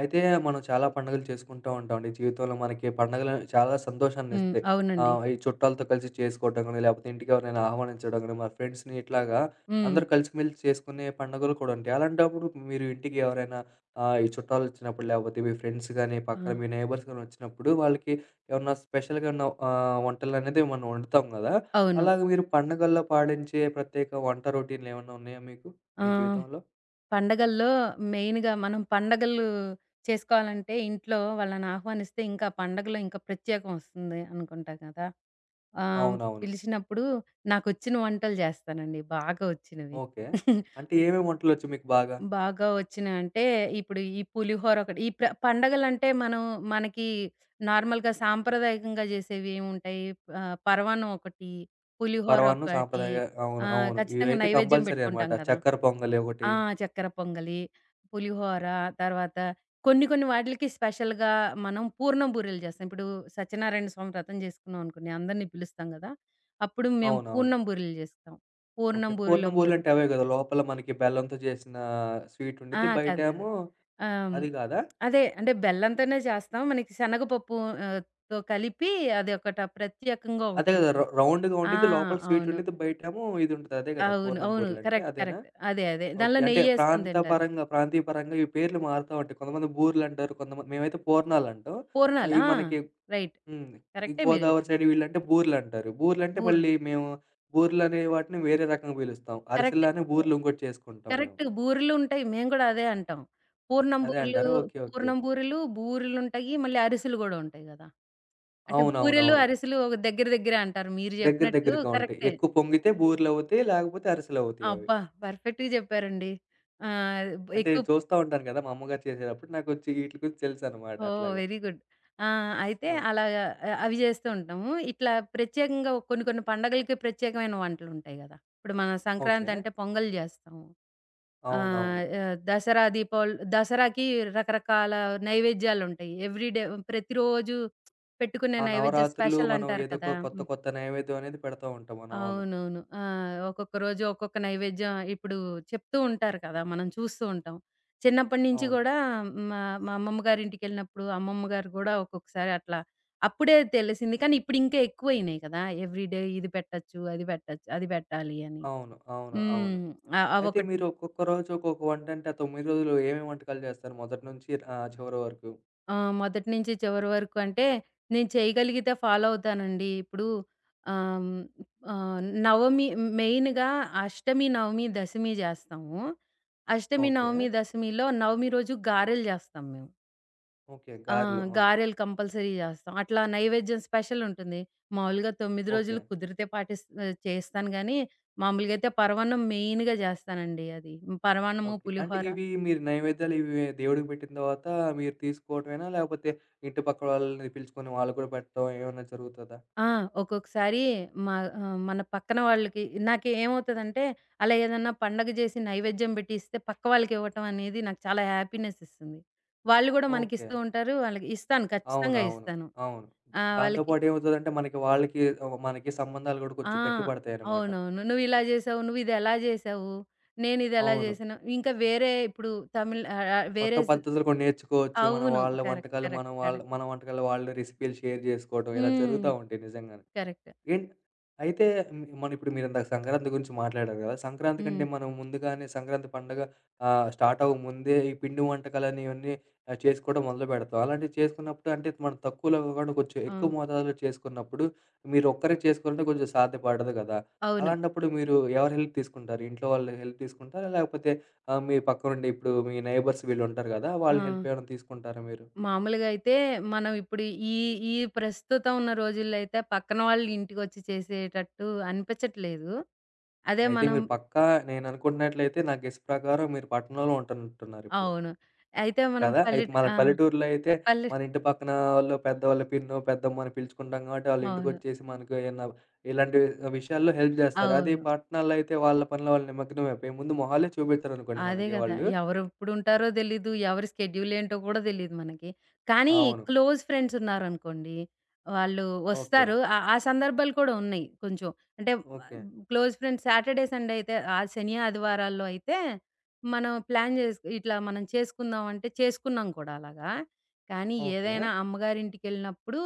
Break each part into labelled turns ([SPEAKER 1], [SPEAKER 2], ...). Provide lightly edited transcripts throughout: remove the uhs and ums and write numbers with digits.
[SPEAKER 1] అయితే మనం చాలా పండుగలు చేసుకుంటూ ఉంటామండి. జీవితంలో మనకి పండుగలు చాలా
[SPEAKER 2] హ్మ్.
[SPEAKER 1] సంతోషాన్నిస్తాయి.
[SPEAKER 2] అవునండి.
[SPEAKER 1] ఈ చుట్టాలతో కలిసి చేసుకోవటం గాని, లేకపోతే ఇంటికి ఎవరినైనా ఆహ్వానించడం గాని, మన ఫ్రెండ్స్‌ని ఇట్లాగా
[SPEAKER 2] హ్మ్.
[SPEAKER 1] అందరూ కలిసిమెలిసి చేసుకునే పండుగలు కూడా ఉంటాయి. అలాంటప్పుడు మీరు ఇంటికి ఎవరైనా ఈ చుట్టాలొచ్చినప్పుడు, లేకపోతే మీ ఫ్రెండ్స్ గాని,
[SPEAKER 2] ఆ!
[SPEAKER 1] పక్కన మీ నైబర్స్ గాని వచ్చినప్పుడు వాళ్ళకి ఏమన్నా స్పెషల్‌గా ఉన్న వంటలనేది మనం వండుతాం గదా!
[SPEAKER 2] అవును.
[SPEAKER 1] అలాగే మీరు పండుగల్లో పాటించే ప్రత్యేక వంట రొటీన్‌లేమన్నా ఉన్నాయా మీకు? మీ
[SPEAKER 2] ఆహ్,
[SPEAKER 1] జీవితంలో?
[SPEAKER 2] పండగల్లో మెయిన్‌గా మనం పండగలు చేసుకోవాలంటే ఇంట్లో వాళ్ళని ఆహ్వానిస్తే ఇంకా పండగలో ఇంకా ప్రత్యేకం వస్తుంది అనుకుంటా కదా! ఆహ్,
[SPEAKER 1] అవునవును.
[SPEAKER 2] పిలిచినప్పుడు నాకొచ్చిన వంటలు చేస్తానండి బాగా వచ్చినవి.
[SPEAKER 1] ఓకే. అంటే ఏమేమి వంటలొచ్చు మీకు బాగా?
[SPEAKER 2] బాగా వచ్చినయి అంటే, ఇప్పుడు ఈ పులిహోర ఒకటి. ఈ పండగలంటే మనం మనకి నార్మల్‌గా సాంప్రదాయకంగా జేసేవి ఏముంటాయి? పరమాన్నం ఒకటి, పులిహోర
[SPEAKER 1] పరమాన్నం
[SPEAKER 2] ఒకటి.
[SPEAKER 1] సాంప్రదాయ అవును. అవును.
[SPEAKER 2] ఖచ్చితంగా
[SPEAKER 1] ఇవైతే
[SPEAKER 2] నైవేద్యం
[SPEAKER 1] కంపల్సరీ అనమాట.
[SPEAKER 2] పెట్టుకుంటాం కదా!
[SPEAKER 1] చక్కెర పొంగలి ఒకటి.
[SPEAKER 2] ఆ! చక్కెర పొంగలి, పులిహోర తర్వాత కొన్ని కొన్ని వాటిలకి స్పెషల్‌గా మనం పూర్ణం బూరెలు జేస్తాం. ఇప్పుడు సత్యనారాయణ స్వామి వ్రతం జేసుకున్నాం అనుకోండి, అందరిని పిలుస్తాం గదా! అప్పుడు మేము
[SPEAKER 1] అవునవును.
[SPEAKER 2] పూర్ణం బూరెలు జేస్తాం.
[SPEAKER 1] ఓకే.
[SPEAKER 2] పూర్ణం బూరెలు
[SPEAKER 1] పూర్ణం
[SPEAKER 2] ఒక
[SPEAKER 1] బూరెలు అంటే అవే గదా! లోపల మనకి బెల్లంతో చేసిన స్వీట్
[SPEAKER 2] ఆ!
[SPEAKER 1] ఉండిద్ది.
[SPEAKER 2] కాదు. కాదు.
[SPEAKER 1] బయటేమో
[SPEAKER 2] హ్మ్.
[SPEAKER 1] అది గాదా?
[SPEAKER 2] అదే అంటే బెల్లంతోనే చేస్తాం. మనకి శనగపప్పు ఆహ్, తో కలిపి అదొకట ప్రత్యేకంగా
[SPEAKER 1] అదే గదా! రౌ
[SPEAKER 2] ఒకటుంటుంది.
[SPEAKER 1] రౌండ్‌గా
[SPEAKER 2] ఆ!
[SPEAKER 1] ఉండిద్ది. లోపల స్వీట్
[SPEAKER 2] అవును.
[SPEAKER 1] ఉండిద్ది. బయటేమో ఇది ఉంటది. అదే గదా!
[SPEAKER 2] అవును.
[SPEAKER 1] పూర్ణం
[SPEAKER 2] అవును.
[SPEAKER 1] బూరెలంటే
[SPEAKER 2] కరెక్ట్.
[SPEAKER 1] అదేనా?
[SPEAKER 2] కరెక్ట్. అదే. అదే.
[SPEAKER 1] ఓకే.
[SPEAKER 2] దానిలో
[SPEAKER 1] అంటే
[SPEAKER 2] నెయ్యేసుకొని
[SPEAKER 1] ప్రాంత
[SPEAKER 2] తింటారు.
[SPEAKER 1] పరంగా, ప్రాంతీయ పరంగా ఈ పేర్లు మారుతా ఉంటాయి. కొంతమంది బూరెలంటారు. కొంతమంది మేమైతే పూర్ణాలంటాం.
[SPEAKER 2] పూర్ణాలు.
[SPEAKER 1] అయి
[SPEAKER 2] ఆ!
[SPEAKER 1] మనకి
[SPEAKER 2] రైట్.
[SPEAKER 1] హ్మ్. ఈ
[SPEAKER 2] కరెక్టే మీరు
[SPEAKER 1] గోదావరి
[SPEAKER 2] చెప్పింది.
[SPEAKER 1] సైడ్ వీళ్ళంటే బూర్లంటారు. బూర్లంటే
[SPEAKER 2] బూరెలు.
[SPEAKER 1] మళ్ళీ మేము బూర్లనే వాటిని వేరే రకంగా పిలుస్తాం.
[SPEAKER 2] కరెక్టే.
[SPEAKER 1] అరిసెల్లానే బూర్లు ఇంకోటి చేసుకుంటాం మేము.
[SPEAKER 2] కరెక్ట్. బూరెలుంటాయి. మేము కూడా అదే అంటాం. పూర్ణం
[SPEAKER 1] అదే
[SPEAKER 2] బూరెలు,
[SPEAKER 1] అంటారా? ఓకే. ఓకే.
[SPEAKER 2] పూర్ణం బూరెలు, బూరెలుంటాయి. మళ్ళీ అరిసెలు గూడా ఉంటాయి గదా! అంటే బూరెలు,
[SPEAKER 1] అవునవునవును.
[SPEAKER 2] అరిసెలు ఒక దగ్గర దగ్గరే అంటారు. మీరు
[SPEAKER 1] దగ్గర
[SPEAKER 2] చెప్పినట్టు
[SPEAKER 1] దగ్గరగా ఉంటాయి.
[SPEAKER 2] కరెక్టే.
[SPEAKER 1] ఎక్కువ పొంగితే బూర్లవుతాయి. లేకపోతే అరిసెలవుతాయి అవి.
[SPEAKER 2] అబ్బా! పర్ఫెక్ట్‌గా చెప్పారండి. ఆహ్,
[SPEAKER 1] అంటే
[SPEAKER 2] ఎక్కువ.
[SPEAKER 1] చూస్తా ఉంటాను కదా! మా అమ్మగారు చేసేటప్పుడు నాకొచ్చి వీట్లి గురించి తెలుసనమాట
[SPEAKER 2] ఓహ్!
[SPEAKER 1] అట్లాగా.
[SPEAKER 2] Very good. ఆ! అయితే
[SPEAKER 1] ఓకే.
[SPEAKER 2] అలాగా. అవి చేస్తూ ఉంటాము. ఇట్లా ప్రత్యేకంగా కొన్ని కొన్ని పండగలకి ప్రత్యేకమైన వంటలుంటాయి గదా! ఇప్పుడు మన
[SPEAKER 1] ఓకే.
[SPEAKER 2] సంక్రాంతి అంటే పొంగల్ చేస్తాము. ఆహ్,
[SPEAKER 1] అవునవును.
[SPEAKER 2] ఆహ్, దసరా, దీపావళి దసరాకి రకరకాల నైవేద్యాలుంటాయి. ఎవ్రీడే ప్రతిరోజు పెట్టుకునే
[SPEAKER 1] ఆ
[SPEAKER 2] నైవేద్య
[SPEAKER 1] నవరాత్రులు
[SPEAKER 2] స్పెషల్
[SPEAKER 1] మనం
[SPEAKER 2] అంటారు
[SPEAKER 1] ఏదో
[SPEAKER 2] కదా!
[SPEAKER 1] ఒక కొత్త కొత్త నైవేద్యం అనేది పెడతా ఉంటాం మనం. అవును.
[SPEAKER 2] అవునవును. ఆ! ఒక్కొక్క రోజు ఒక్కొక్క నైవేద్యం ఇప్పుడు చెప్తూ ఉంటారు కదా! మనం చూస్తూ ఉంటాం. చిన్నప్పటి నుంచి
[SPEAKER 1] అవును.
[SPEAKER 2] గూడా మా మా అమ్మమ్మ గారింటికెళ్ళినప్పుడు అమ్మమ్మ గారు గూడా ఒక్కొక్కసారి అట్లా అప్పుడే తెలిసింది. కానీ ఇప్పుడు ఇంకా ఎక్కువయినాయి కదా! ఎవ్రీ డే ఇది పెట్టొచ్చు, అది పెట్టొచ్చు, అది పెట్టాలి అని.
[SPEAKER 1] అవును. అవును. అవును.
[SPEAKER 2] హ్మ్.
[SPEAKER 1] అయితే
[SPEAKER 2] అవొకటి.
[SPEAKER 1] మీరు ఒక్కొక్క రోజు ఒక్కొక్క వంట అంటే, ఆ 9 రోజులు ఏమేమి వంటకాలు జేస్తారు? మొదటి నుంచి చివరి వరకు.
[SPEAKER 2] ఆ! మొదటి నుంచి చివరి వరకు అంటే నేను చేయగలిగితే ఫాలో అవుతానండి. ఇప్పుడు ఆహ్, హ్మ్, నవమి మెయిన్‌గా అష్టమి, నవమి, దశమి జేస్తాము. అష్టమి,
[SPEAKER 1] ఓకే.
[SPEAKER 2] నవమి, దశమిలో నవమి రోజు గారెలు జేస్తాం మేము.
[SPEAKER 1] ఓకే.
[SPEAKER 2] ఆ!
[SPEAKER 1] గారెలు. ఆ!
[SPEAKER 2] గారెలు కంపల్సరీ జేస్తాం. అట్లా నైవేద్యం స్పెషల్ ఉంటుంది. మామూలుగా 9
[SPEAKER 1] ఓకే.
[SPEAKER 2] రోజులు కుదిరితే చేస్తాను గానీ, మామూలుగా అయితే పరమాన్నం మెయిన్‌గా జేస్తానండి అది. పరమాన్నము,
[SPEAKER 1] ఓకే. అంటే
[SPEAKER 2] పులిహోర.
[SPEAKER 1] ఇవి మీరు నైవేద్యాలు ఇవి దేవుడికి పెట్టిన తర్వాత మీరు తీసుకోవటమేనా? లేకపోతే ఇంటి పక్కల వాళ్ళని పిలుచుకొని వాళ్ళు కూడా పెట్టడం ఏమన్నా జరుగుతదా?
[SPEAKER 2] ఆ! ఒక్కొక్కసారి మా మన పక్కన వాళ్ళకి నాకు ఏమవుతదంటే, అలా ఏదన్నా పండగ జేసి నైవేద్యం పెట్టి ఇస్తే పక్క వాళ్ళకివ్వటం అనేది నాకు చాలా హ్యాపీనెస్ ఇస్తుంది. వాళ్ళు గూడా
[SPEAKER 1] ఓకే.
[SPEAKER 2] మనకిస్తూ ఉంటారు. వాళ్ళకి ఇస్తాను ఖచ్చితంగా
[SPEAKER 1] అవునవును.
[SPEAKER 2] ఇస్తాను.
[SPEAKER 1] అవును.
[SPEAKER 2] ఆ!
[SPEAKER 1] దాంతో
[SPEAKER 2] వాళ్ళకి.
[SPEAKER 1] పాటు ఏమవుతదంటే మనకి వాళ్ళకి మనకి సంబంధాలు గూడా
[SPEAKER 2] ఆ!
[SPEAKER 1] కొంచెం గట్టిపడతాయన్నమాట.
[SPEAKER 2] అవునవును. "నువ్విలా జేసావు, నువ్విదెలా జేసావు, నేనిదెలా
[SPEAKER 1] అవును.
[SPEAKER 2] జేశాను." ఇంకా వేరే ఇప్పుడు తమిళ్ ఆహ్, ఆహ్,
[SPEAKER 1] కొత్త
[SPEAKER 2] వేరే
[SPEAKER 1] పద్ధతులు కూడా నేర్చుకోవచ్చు. మన
[SPEAKER 2] అవును.
[SPEAKER 1] వాళ్ళ
[SPEAKER 2] కరెక్ట్.
[SPEAKER 1] వంటకాలు, మనం
[SPEAKER 2] కరెక్ట్.
[SPEAKER 1] వాళ్ళ
[SPEAKER 2] కరెక్ట్.
[SPEAKER 1] మన వంటకాలు వాళ్ళు రెసిపీలు షేర్ జేసుకోవడం ఇలా
[SPEAKER 2] హ్మ్.
[SPEAKER 1] జరుగుతా ఉంటాయి నిజంగానే.
[SPEAKER 2] కరెక్ట్.
[SPEAKER 1] ఏంట్ అయితే హ్మ్. మనం ఇప్పుడు మీరిందాక సంక్రాంతి గురించి మాట్లాడారు గదా! సంక్రాంతి కంటే
[SPEAKER 2] హ్మ్.
[SPEAKER 1] మనం ముందుగానే సంక్రాంతి పండగ స్టార్ట్ అవ్వక ముందే ఈ పిండి వంటకాలని ఇవన్నీ చేసుకోవడం మొదలుపెడతాం. అలాంటివి చేసుకున్నప్పుడు అంటే మనం తక్కువలో కాకుండా కొంచెం
[SPEAKER 2] ఆ!
[SPEAKER 1] ఎక్కువ మోతాదులో చేసుకున్నప్పుడు మీరు ఒక్కరే చేసుకోవాలంటే కొంచెం సాధ్యపడదు గదా!
[SPEAKER 2] అవును.
[SPEAKER 1] అలాంటప్పుడు మీరు ఎవరి హెల్ప్ తీసుకుంటారు? ఇంట్లో వాళ్ళ హెల్ప్ తీసుకుంటారా? లేకపోతే మీ పక్కనుండి ఇప్పుడు మీ నైబర్స్ వీళ్ళుంటారు గదా!
[SPEAKER 2] ఆ!
[SPEAKER 1] వాళ్ళ హెల్ప్ ఏమైనా తీసుకుంటారా మీరు?
[SPEAKER 2] మామూలుగా అయితే మనం ఇప్పుడు ఈ, ఈ ప్రస్తుతం ఉన్న రోజుల్లో అయితే పక్కన వాళ్ళు ఇంటికొచ్చి చేసేటట్టు అనిపించట్లేదు. అదే
[SPEAKER 1] అయితే
[SPEAKER 2] మనం.
[SPEAKER 1] మీరు పక్కా నేననుకుంటున్నట్లయితే నా గెస్ ప్రకారం మీరు పట్టణంలో ఉంటున్నట్టున్నారిప్పుడు.
[SPEAKER 2] అవును. అయితే మనం
[SPEAKER 1] కదా! అయితే
[SPEAKER 2] పల్లెట్.
[SPEAKER 1] మన
[SPEAKER 2] ఆ!
[SPEAKER 1] పల్లెటూరులో అయితే,
[SPEAKER 2] పల్లె.
[SPEAKER 1] మన ఇంటి పక్కన వాళ్ళు పెద్దవాళ్ళు పిన్నో, పెద్దమ్మో అని పిలుచుకుంటాం కాబట్టి, వాళ్ళు
[SPEAKER 2] అవును.
[SPEAKER 1] ఇంటికొచ్చేసి మనకు ఏమన్నా ఇలాంటి విషయాల్లో హెల్ప్ జేస్తారు. అదే
[SPEAKER 2] అవును.
[SPEAKER 1] పట్టణాల్లో అయితే వాళ్ళ పనిలో వాళ్ళు నిమగ్నమైపోయి ముందు మొహాలే చూపెట్టరనుకోండి
[SPEAKER 2] అదే
[SPEAKER 1] మనకి
[SPEAKER 2] గదా!
[SPEAKER 1] వాళ్ళు.
[SPEAKER 2] ఎవరెప్పుడుంటారో తెలీదు. ఎవరి స్కెడ్యూల్ ఏంటో కూడా తెలీదు మనకి. కానీ
[SPEAKER 1] అవును.
[SPEAKER 2] క్లోజ్ ఫ్రెండ్స్ ఉన్నారనుకోండి, వాళ్ళు
[SPEAKER 1] ఓకే.
[SPEAKER 2] వస్తారు. ఆ ఆ సందర్భాలు కూడా ఉన్నాయి కొంచెం. అంటే
[SPEAKER 1] okay.
[SPEAKER 2] Close friends Saturday, Sunday అయితే ఆ శని, ఆదివారాల్లో అయితే మనం ప్లాన్ చేసు ఇట్లా మనం చేసుకుందాం అంటే చేసుకున్నాం కూడా అలాగా. కానీ
[SPEAKER 1] ఓకే.
[SPEAKER 2] ఏదైనా అమ్మగారింటికెళ్ళినప్పుడు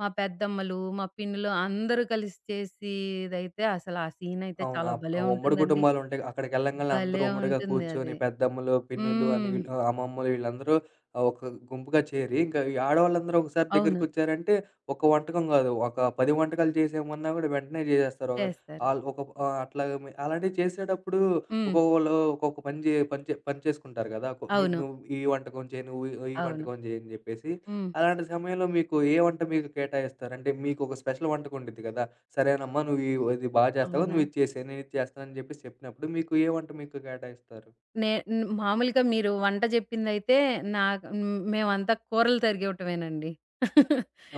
[SPEAKER 2] మా పెద్దమ్మలు, మా పిన్నులు అందరూ కలిసి చేసేదైతే అసలు ఆ సీనయితే
[SPEAKER 1] అవును.
[SPEAKER 2] చాలా
[SPEAKER 1] ఆప్ ఆ
[SPEAKER 2] భలే
[SPEAKER 1] ఉమ్మడి
[SPEAKER 2] ఉంటుందండి.
[SPEAKER 1] కుటుంబాలుంటాయి. అక్కడికెళ్ళంగాల్నే అందరూ
[SPEAKER 2] భలే
[SPEAKER 1] ఉమ్మడిగా
[SPEAKER 2] ఉంటుంది
[SPEAKER 1] కూర్చొని
[SPEAKER 2] అది.
[SPEAKER 1] పెద్దమ్మలు, పిన్నులు అని
[SPEAKER 2] హ్మ్.
[SPEAKER 1] వీళ్ళు అమ్మమ్మలు వీళ్ళందరూ ఒక గుంపుగా చేరి ఇంకా ఈ ఆడవాళ్ళందరూ ఒకసారి
[SPEAKER 2] అవును.
[SPEAKER 1] దగ్గరికొచ్చారంటే ఒక వంటకం గాదు. ఒక 10 వంటకాలు చేసేయమన్నా గూడా వెంటనే జేసేస్తారు. ఒకళ్ళు
[SPEAKER 2] చేస్తారు.
[SPEAKER 1] ఆళ్ళు ఒక అట్లాగా మి అలాంటివి చేసేటప్పుడు
[SPEAKER 2] హ్మ్.
[SPEAKER 1] ఒక్కొక్కళ్ళు ఒక్కొక్క పని జే పని చే పని చేసుకుంటారు గదా! కొ మీ
[SPEAKER 2] అవును.
[SPEAKER 1] నువ్వు ఈ వంటకం చేయి, నువ్వు ఈ ఈ
[SPEAKER 2] అవును.
[SPEAKER 1] వంటకం చేయి అని జెప్పేసి.
[SPEAKER 2] హ్మ్.
[SPEAKER 1] అలాంటి సమయంలో మీకు ఏ వంట మీకు కేటాయిస్తారు? అంటే మీకొక స్పెషల్ వంటకం ఉండిద్ది గదా! సరేనమ్మా నువ్వు ఈ ఇది బా చేస్తావు.
[SPEAKER 2] అవునా?
[SPEAKER 1] నువ్వేది చేసేయి. నేనిది చేస్తానని జెప్పేసి చెప్పినప్పుడు మీకు ఏ వంట మీకు కేటాయిస్తారు?
[SPEAKER 2] నే న్ మామూలుగా మీరు వంట జెప్పిందయితే నాకు హ్మ్, మేమంతా కూరలు తరిగివ్వటమేనండి.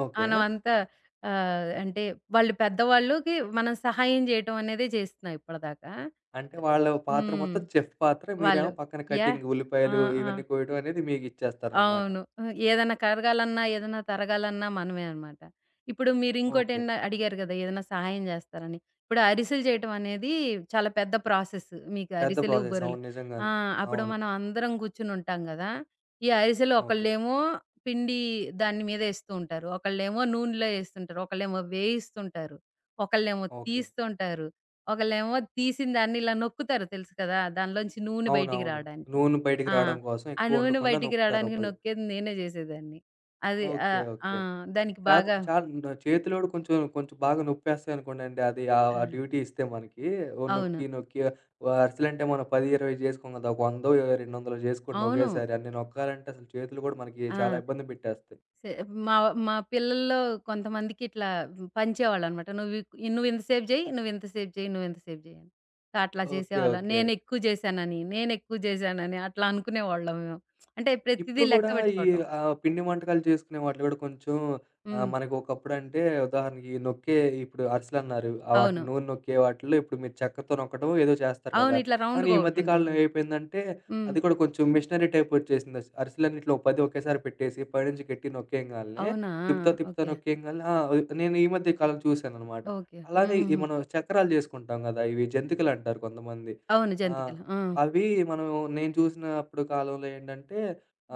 [SPEAKER 1] ఓకే.
[SPEAKER 2] మనమంతా అంటే వాళ్ళు పెద్దవాళ్ళుకి మనం సహాయం జేయటం అనేదే జేస్తున్నాం ఇప్పటిదాకా.
[SPEAKER 1] అంటే వాళ్ళ పాత్ర
[SPEAKER 2] హ్మ్.
[SPEAKER 1] మొత్తం చెఫ్ పాత్ర.
[SPEAKER 2] వాళ్ళు.
[SPEAKER 1] మీరేమో పక్కన
[SPEAKER 2] యాహ్!
[SPEAKER 1] కటింగ్,
[SPEAKER 2] ఆ!
[SPEAKER 1] ఉల్లిపాయలు
[SPEAKER 2] ఆ!
[SPEAKER 1] ఇవన్నీ కోయడం అనేది మీకిచ్చేస్తారనమాట.
[SPEAKER 2] అవును. ఏదన్నా కరగాలన్నా, ఏదన్నా తరగాలన్నా మనమే అనమాట. ఇప్పుడు
[SPEAKER 1] ఓకే.
[SPEAKER 2] మీరింకోటేంద అడిగారు గదా! ఏదైనా సహాయం జేస్తారని. ఇప్పుడు అరిసెలు చేయటం అనేది చాలా పెద్ద ప్రాసెస్. మీకు
[SPEAKER 1] పెద్ద
[SPEAKER 2] అరిసెలు,
[SPEAKER 1] ప్రాసెస్.
[SPEAKER 2] బొరెలు.
[SPEAKER 1] అవును.
[SPEAKER 2] ఆ!
[SPEAKER 1] నిజంగానే.
[SPEAKER 2] అప్పుడు
[SPEAKER 1] అవును.
[SPEAKER 2] మనం అందరం గూర్చునుంటాం గదా! ఈ అరిసెలు
[SPEAKER 1] ఓకే.
[SPEAKER 2] ఒకళ్ళేమో పిండి దాని మీద ఏస్తూ ఉంటారు. ఒకళ్ళేమో నూనెలో ఏస్తుంటారు. ఒకళ్ళేమో వేయిస్తుంటారు. ఒకళ్ళేమో
[SPEAKER 1] ఓకే.
[SPEAKER 2] తీస్తుంటారు. ఒకళ్ళేమో తీసిన దాన్ని ఇలా నొక్కుతారు తెలుసు కదా! దానిలోంచి నూనె బయటికి
[SPEAKER 1] అవునవును.
[SPEAKER 2] రావడానికి.
[SPEAKER 1] నూనె బయటికి
[SPEAKER 2] ఆ!
[SPEAKER 1] రావడం కోసం
[SPEAKER 2] ఆ
[SPEAKER 1] ఎక్కువ
[SPEAKER 2] నూనె
[SPEAKER 1] ఉండకుండా
[SPEAKER 2] బయటికి
[SPEAKER 1] నొక్కుతారు
[SPEAKER 2] రాడానికి
[SPEAKER 1] ఒకళ్ళు.
[SPEAKER 2] నొక్కేది నేనే జేసేదాన్ని. అది
[SPEAKER 1] ఓకే.
[SPEAKER 2] ఆ!
[SPEAKER 1] ఓకే.
[SPEAKER 2] దానికి
[SPEAKER 1] చేత
[SPEAKER 2] బాగా.
[SPEAKER 1] చా చేతిలోడు కొంచెం, కొంచెం బాగా నొప్పేస్తాయనుకోండండి. అది
[SPEAKER 2] ఆ!
[SPEAKER 1] ఆ డ్యూటీ ఇస్తే మనకి ఓ
[SPEAKER 2] అవును.
[SPEAKER 1] నొక్కి, నొక్కి అరిసెలంటే మనం 10, 20 చేసుకోం కదా! ఒక 100, 200 చేసుకుంటాం
[SPEAKER 2] అవును.
[SPEAKER 1] ఒకేసారి. అన్ని నొక్కాలంటే అసలు చేతులు కూడా మనకి
[SPEAKER 2] ఆ!
[SPEAKER 1] చాలా ఇబ్బంది పెట్టేస్తాయి.
[SPEAKER 2] సె మా మా పిల్లల్లో కొంతమందికి ఇట్లా పంచేవాళ్ళనమాట. "నువ్వు ఇక్ నువ్వింత సేపు జెయి, నువ్వింత సేపు జెయి, నువ్వింత సేపు జెయి" అని. సో అట్లా
[SPEAKER 1] ఓకే.
[SPEAKER 2] చేసేవాళ్ళం.
[SPEAKER 1] ఓకే.
[SPEAKER 2] నేనెక్కువ జేశానని, నేనెక్కువ జేశానని అట్లా అనుకునేవాళ్ళం మేము. అంటే ప్రతిదీ
[SPEAKER 1] ఇప్పుడు
[SPEAKER 2] లెక్క
[SPEAKER 1] గూడా ఈ
[SPEAKER 2] బెట్టుకోవటం.
[SPEAKER 1] పిండి వంటకాలు చేసుకునే వాటిలో గూడా కొంచెం
[SPEAKER 2] హ్మ్.
[SPEAKER 1] మనకు ఒకప్పుడంటే ఉదాహరణకి నొక్కే ఇప్పుడు అరిసెలన్నారు. వాటిని
[SPEAKER 2] అవును.
[SPEAKER 1] నూనె నొక్కే వాటిల్లో ఇప్పుడు మీరు చెక్కతో నొక్కడం ఏదో చేస్తారు
[SPEAKER 2] అవును.
[SPEAKER 1] గదా!
[SPEAKER 2] ఇట్లా
[SPEAKER 1] కానీ
[SPEAKER 2] రౌండ్‌గా
[SPEAKER 1] ఈ మధ్య కాలంలో
[SPEAKER 2] ఒకటుంటుంది.
[SPEAKER 1] ఏమైపోయిందంటే
[SPEAKER 2] హ్మ్.
[SPEAKER 1] అది కూడా కొంచెం మిషనరీ టైప్ వచ్చేసింది. అరిసెలన్నిట్లో 10 ఒకేసారి పెట్టేసి పైనుంచి గట్టిగా నొక్కేయంగాల్నే
[SPEAKER 2] అవునా!
[SPEAKER 1] తిప్పుతా, తిప్పుతా
[SPEAKER 2] ఓకే.
[SPEAKER 1] నొక్కేయంగాల్నే ఆ! నేను ఈ మధ్య కాలం చూశాననమాట.
[SPEAKER 2] ఓకే.
[SPEAKER 1] అలానే ఈ
[SPEAKER 2] హుహుహు.
[SPEAKER 1] మనం చక్రాలు చేసుకుంటాం గదా! ఇవి జంతికలంటారు కొంతమంది.
[SPEAKER 2] అవును.
[SPEAKER 1] ఆ!
[SPEAKER 2] జంతికలు. ఆ!
[SPEAKER 1] అవి మనం నేను చూసినప్పుడు కాలంలో ఏంటంటే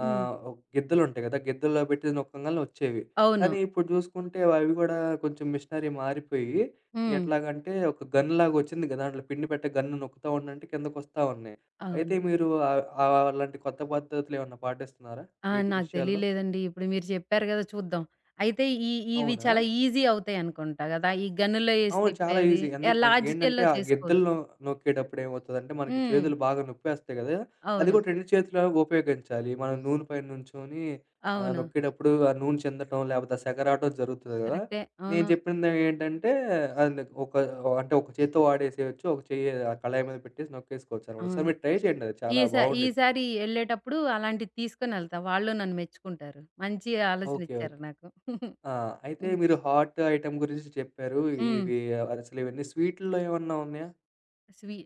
[SPEAKER 2] హ్మ్.
[SPEAKER 1] గిద్దలుంటాయి గదా! గిద్దల్లో పెట్టి నొక్కంగాల్నే వచ్చేవి.
[SPEAKER 2] అవును.
[SPEAKER 1] కానీ ఇప్పుడు చూసుకుంటే అవి గూడా కొంచెం మిషనరీ మారిపోయి
[SPEAKER 2] హ్మ్.
[SPEAKER 1] ఎట్లాగంటే ఒక గన్‌లాగొచ్చింది గదా! దాంట్లో పిండి పెట్టే గన్ను నొక్కుతా ఉండంటే కిందకొస్తా ఉన్నాయి. అయితే
[SPEAKER 2] అవును.
[SPEAKER 1] మీరు ఆహ్, ఆహ్, అలాంటి కొత్త పద్ధతులేమన్నా పాటిస్తున్నారా
[SPEAKER 2] ఆ!
[SPEAKER 1] వీటి
[SPEAKER 2] నాకు
[SPEAKER 1] విషయాల్లో?
[SPEAKER 2] తెలియలేదండి. ఇప్పుడు మీరు చెప్పారు గదా! చూద్దాం. అయితే ఈ ఇవి
[SPEAKER 1] అవునా?
[SPEAKER 2] చాలా ఈజీ అవుతాయనుకుంటా గదా! ఈ గన్నులో ఏసి
[SPEAKER 1] అవును. చాలా
[SPEAKER 2] తిప్పేది.
[SPEAKER 1] ఈజీ. ఎందుకు
[SPEAKER 2] యాహ్!
[SPEAKER 1] అంటే
[SPEAKER 2] లార్జ్
[SPEAKER 1] ఏంటంటే,
[SPEAKER 2] స్కేల్‌లో
[SPEAKER 1] ఆ
[SPEAKER 2] చేసుకోవచ్చు.
[SPEAKER 1] గిద్దల్లో నొక్కేటప్పుడు ఏమవుతదంటే, మనకి
[SPEAKER 2] హ్మ్.
[SPEAKER 1] చేతులు బాగా నొప్పేస్తాయి గదా! అది
[SPEAKER 2] అవును.
[SPEAKER 1] కూడా 2 చేతులు ఉపయోగించాలి. మనం నూనె పైన నుంచొని
[SPEAKER 2] అవును.
[SPEAKER 1] నొక్కేటప్పుడు ఆ నూనె చిందటం, లేపోతే ఆ సెగరాటం జరుగుతది గదా!
[SPEAKER 2] కరెక్టే.
[SPEAKER 1] నేను
[SPEAKER 2] అవును.
[SPEAKER 1] చెప్పింది ఏంటంటే, అది ఒక అంటే ఒక చేత్తో వాడేసేయొచ్చు. ఒక చెయ్యి ఆ కళాయి మీద పెట్టేసి నొక్కేసుకోవచ్చనమాట. ఒకసారి
[SPEAKER 2] అవును.
[SPEAKER 1] మీరు ట్రై చేయండి. అది చాలా బావుండిద్ది.
[SPEAKER 2] ఈసారి ఎళ్ళేటప్పుడు అలాంటిది తీసుకొనెళ్తా. వాళ్ళు నన్ను మెచ్చుకుంటారు. మంచి ఆలోచన
[SPEAKER 1] ఓకే. ఓకే.
[SPEAKER 2] ఇచ్చారు నాకు.
[SPEAKER 1] ఆ! అయితే
[SPEAKER 2] హ్మ్.
[SPEAKER 1] మీరు హాట్ ఐటెమ్ గురించి చెప్పారు.
[SPEAKER 2] హ్మ్.
[SPEAKER 1] ఇవి అసలు ఇవన్నీ స్వీటుల్లో ఏమన్నా ఉన్నాయా?
[SPEAKER 2] స్వీ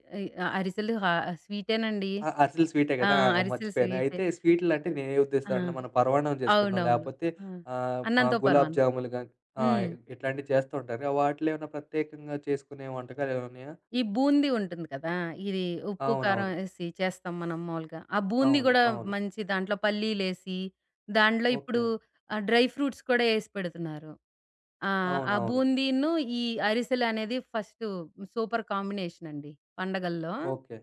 [SPEAKER 2] అరిసెలు స్వీటేనండి.
[SPEAKER 1] ఆ! అరిసెలు స్వీటే
[SPEAKER 2] ఆ!
[SPEAKER 1] గదా! ఆ!
[SPEAKER 2] అరిసెలు
[SPEAKER 1] మర్చిపోయాను.
[SPEAKER 2] స్వీటే.
[SPEAKER 1] అయితే స్వీట్‌లంటే నేనే
[SPEAKER 2] ఆ!
[SPEAKER 1] ఉద్దేశిస్తానంటే మనం పరమాన్నం చేసుకుంటాం.
[SPEAKER 2] అవునవును.
[SPEAKER 1] లేపోతే
[SPEAKER 2] ఆ!
[SPEAKER 1] ఆహ్, ఆహ్,
[SPEAKER 2] అన్నంతో
[SPEAKER 1] గులాబ్
[SPEAKER 2] పరమాన్నం.
[SPEAKER 1] జాములు గాని ఆ!
[SPEAKER 2] హ్మ్.
[SPEAKER 1] ఇట్లాంటివి చేస్తూ ఉంటారు. వాటిలో ఏమైనా ప్రత్యేకంగా చేసుకునే వంటకాలు ఏమైనా ఉన్నాయా?
[SPEAKER 2] ఈ బూందీ ఉంటుంది కదా! ఇది ఉప్పు, కారం
[SPEAKER 1] అవునవును.
[SPEAKER 2] ఏసి చేస్తాం మనం మామూలుగా. ఆ బూందీ
[SPEAKER 1] అవును.
[SPEAKER 2] గూడా
[SPEAKER 1] అవును.
[SPEAKER 2] మంచి దాంట్లో పల్లీలేసి, దాంట్లో ఇప్పుడు
[SPEAKER 1] ఓకే.
[SPEAKER 2] డ్రై ఫ్రూట్స్ కూడా ఏసి పెడుతున్నారు. ఆ! ఆ
[SPEAKER 1] అవునవును.
[SPEAKER 2] బూందీను ఈ అరిసెలు అనేది ఫస్టు సూపర్ కాంబినేషన్ అండి పండగల్లో.
[SPEAKER 1] ఓకే.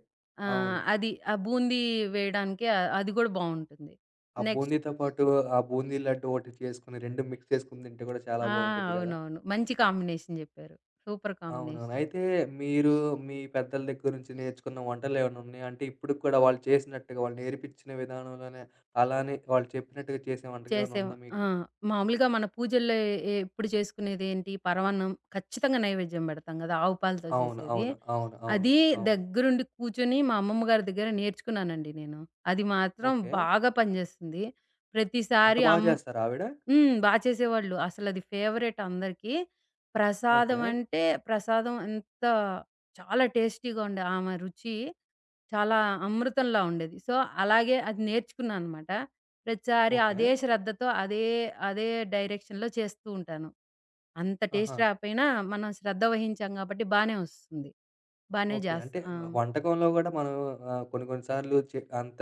[SPEAKER 2] ఆ!
[SPEAKER 1] అవును.
[SPEAKER 2] అది ఆ బూందీ వేయడానికి అది గూడా బావుంటుంది.
[SPEAKER 1] ఆ
[SPEAKER 2] నెక్స్ట్.
[SPEAKER 1] బూందీతో పాటు ఆ బూందీ లడ్డు ఒకటి చేసుకొని 2 మిక్స్ చేసుకొని తింటే గూడా చాలా
[SPEAKER 2] ఆ!
[SPEAKER 1] బావుండిద్ది గదా!
[SPEAKER 2] అవునవును. మంచి కాంబినేషన్ జెప్పారు. సూపర్
[SPEAKER 1] అవునవును.
[SPEAKER 2] కాంబినేషన్.
[SPEAKER 1] అయితే మీరు మీ పెద్దల దగ్గర నుంచి నేర్చుకున్న వంటలేమన్నా ఉన్నాయా? అంటే ఇప్పటికి కూడా వాళ్ళు చేసినట్టుగా వాళ్ళు నేర్పించిన విధానంలోనే అలానే వాళ్ళు చెప్పినట్టుగా చేసే వంటకం ఏమైనా
[SPEAKER 2] చేసేవా
[SPEAKER 1] ఉందా
[SPEAKER 2] ఆ!
[SPEAKER 1] మీకు?
[SPEAKER 2] మామూలుగా మన పూజల్లో ఎప్పుడు చేసుకునేదేంటి పరమాన్నం ఖచ్చితంగా నైవేద్యం పెడతాం గదా! ఆవు పాలతో
[SPEAKER 1] అవును.
[SPEAKER 2] చేసేది.
[SPEAKER 1] అవును. అవును. అవును.
[SPEAKER 2] అది
[SPEAKER 1] అవును.
[SPEAKER 2] దగ్గరుండి కూర్చొని మా అమ్మమ్మ గారి దగ్గర నేర్చుకున్నానండి నేను. అది మాత్రం
[SPEAKER 1] ఓకే.
[SPEAKER 2] బాగా పనిజేస్తుంది.
[SPEAKER 1] అంత
[SPEAKER 2] ప్రతిసారి
[SPEAKER 1] బా
[SPEAKER 2] అమ్
[SPEAKER 1] చేస్తారా ఆవిడ?
[SPEAKER 2] హ్మ్. బా చేసేవాళ్ళు. అసలది ఫేవరెట్ అందరికీ. ప్రసాదం
[SPEAKER 1] ఓకే.
[SPEAKER 2] అంటే ప్రసాదం ఎంత చాలా టేస్టీగా ఉండే ఆమె రుచి చాలా అమృతంలా ఉండేది. సో, అలాగే అది నేర్చుకున్నాననమాట. ప్రతిసారి
[SPEAKER 1] ఓకే.
[SPEAKER 2] అదే శ్రద్ధతో అదే, అదే డైరెక్షన్‌లో చేస్తూ ఉంటాను. అంత టేస్ట్
[SPEAKER 1] ఆహా!
[SPEAKER 2] రాకపోయినా మనం శ్రద్ధ వహించాం కాబట్టి బానే వస్తుంది. బానే
[SPEAKER 1] ఓకే. అంటే
[SPEAKER 2] జేస్తా ఆ!
[SPEAKER 1] వంటకంలో గూడా మనం కొన్ని కొన్ని సార్లు అంత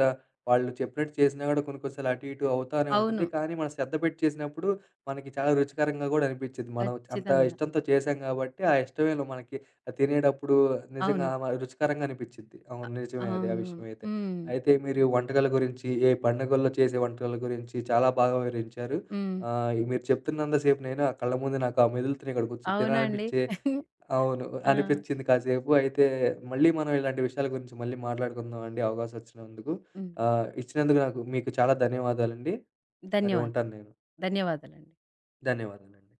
[SPEAKER 1] వాళ్ళు చెప్పినట్టు చేసినా గూడా కొన్ని కొన్ని సార్లు అటు, ఇటు అవుతానే ఉంటుంది.
[SPEAKER 2] అవును.
[SPEAKER 1] కానీ మనం శ్రద్ధ పెట్టి చేసినప్పుడు మనకి చాలా రుచికరంగా గూడా అనిపిచ్చిద్ది. మనం అంత
[SPEAKER 2] ఖచ్చితంగా.
[SPEAKER 1] ఇష్టంతో చేశాం గాబట్టి, ఆ ఇష్టమేలే మనకి అది తినేటప్పుడు నిజంగా
[SPEAKER 2] అవును.
[SPEAKER 1] రుచికరంగా అనిపిచ్చిద్ది. అవును. నిజమే అది ఆ
[SPEAKER 2] అవునవును.
[SPEAKER 1] విషయమైతే.
[SPEAKER 2] హ్మ్.
[SPEAKER 1] అయితే అయితే మీరు వంటకాల గురించి, ఏ పండుగల్లో చేసే వంటకాల గురించి చాలా బాగా వివరించారు.
[SPEAKER 2] హ్మ్.
[SPEAKER 1] మీరు చెప్తున్నంత సేపు నేను ఆ కళ్ళ ముందు నాకు ఆ మెదులుతున్నాయి ఇక్కడ కూర్చొని
[SPEAKER 2] అవునండి.
[SPEAKER 1] తినాలనిపిచ్చే అవును.
[SPEAKER 2] ఆ!
[SPEAKER 1] అనిపిచ్చింది కాసేపు. అయితే మళ్ళీ మనం ఇలాంటి విషయాల గురించి మళ్ళీ మాట్లాడుకుందాం అండి అవకాశం వచ్చినందుకు.
[SPEAKER 2] హ్మ్.
[SPEAKER 1] ఇచ్చినందుకు నాకు మీకు చాలా ధన్యవాదాలండి. మరి
[SPEAKER 2] ధన్యవాదాలు.
[SPEAKER 1] ఉంటాను నేను.
[SPEAKER 2] ధన్యవాదాలండి.
[SPEAKER 1] ధన్యవాదాలండి.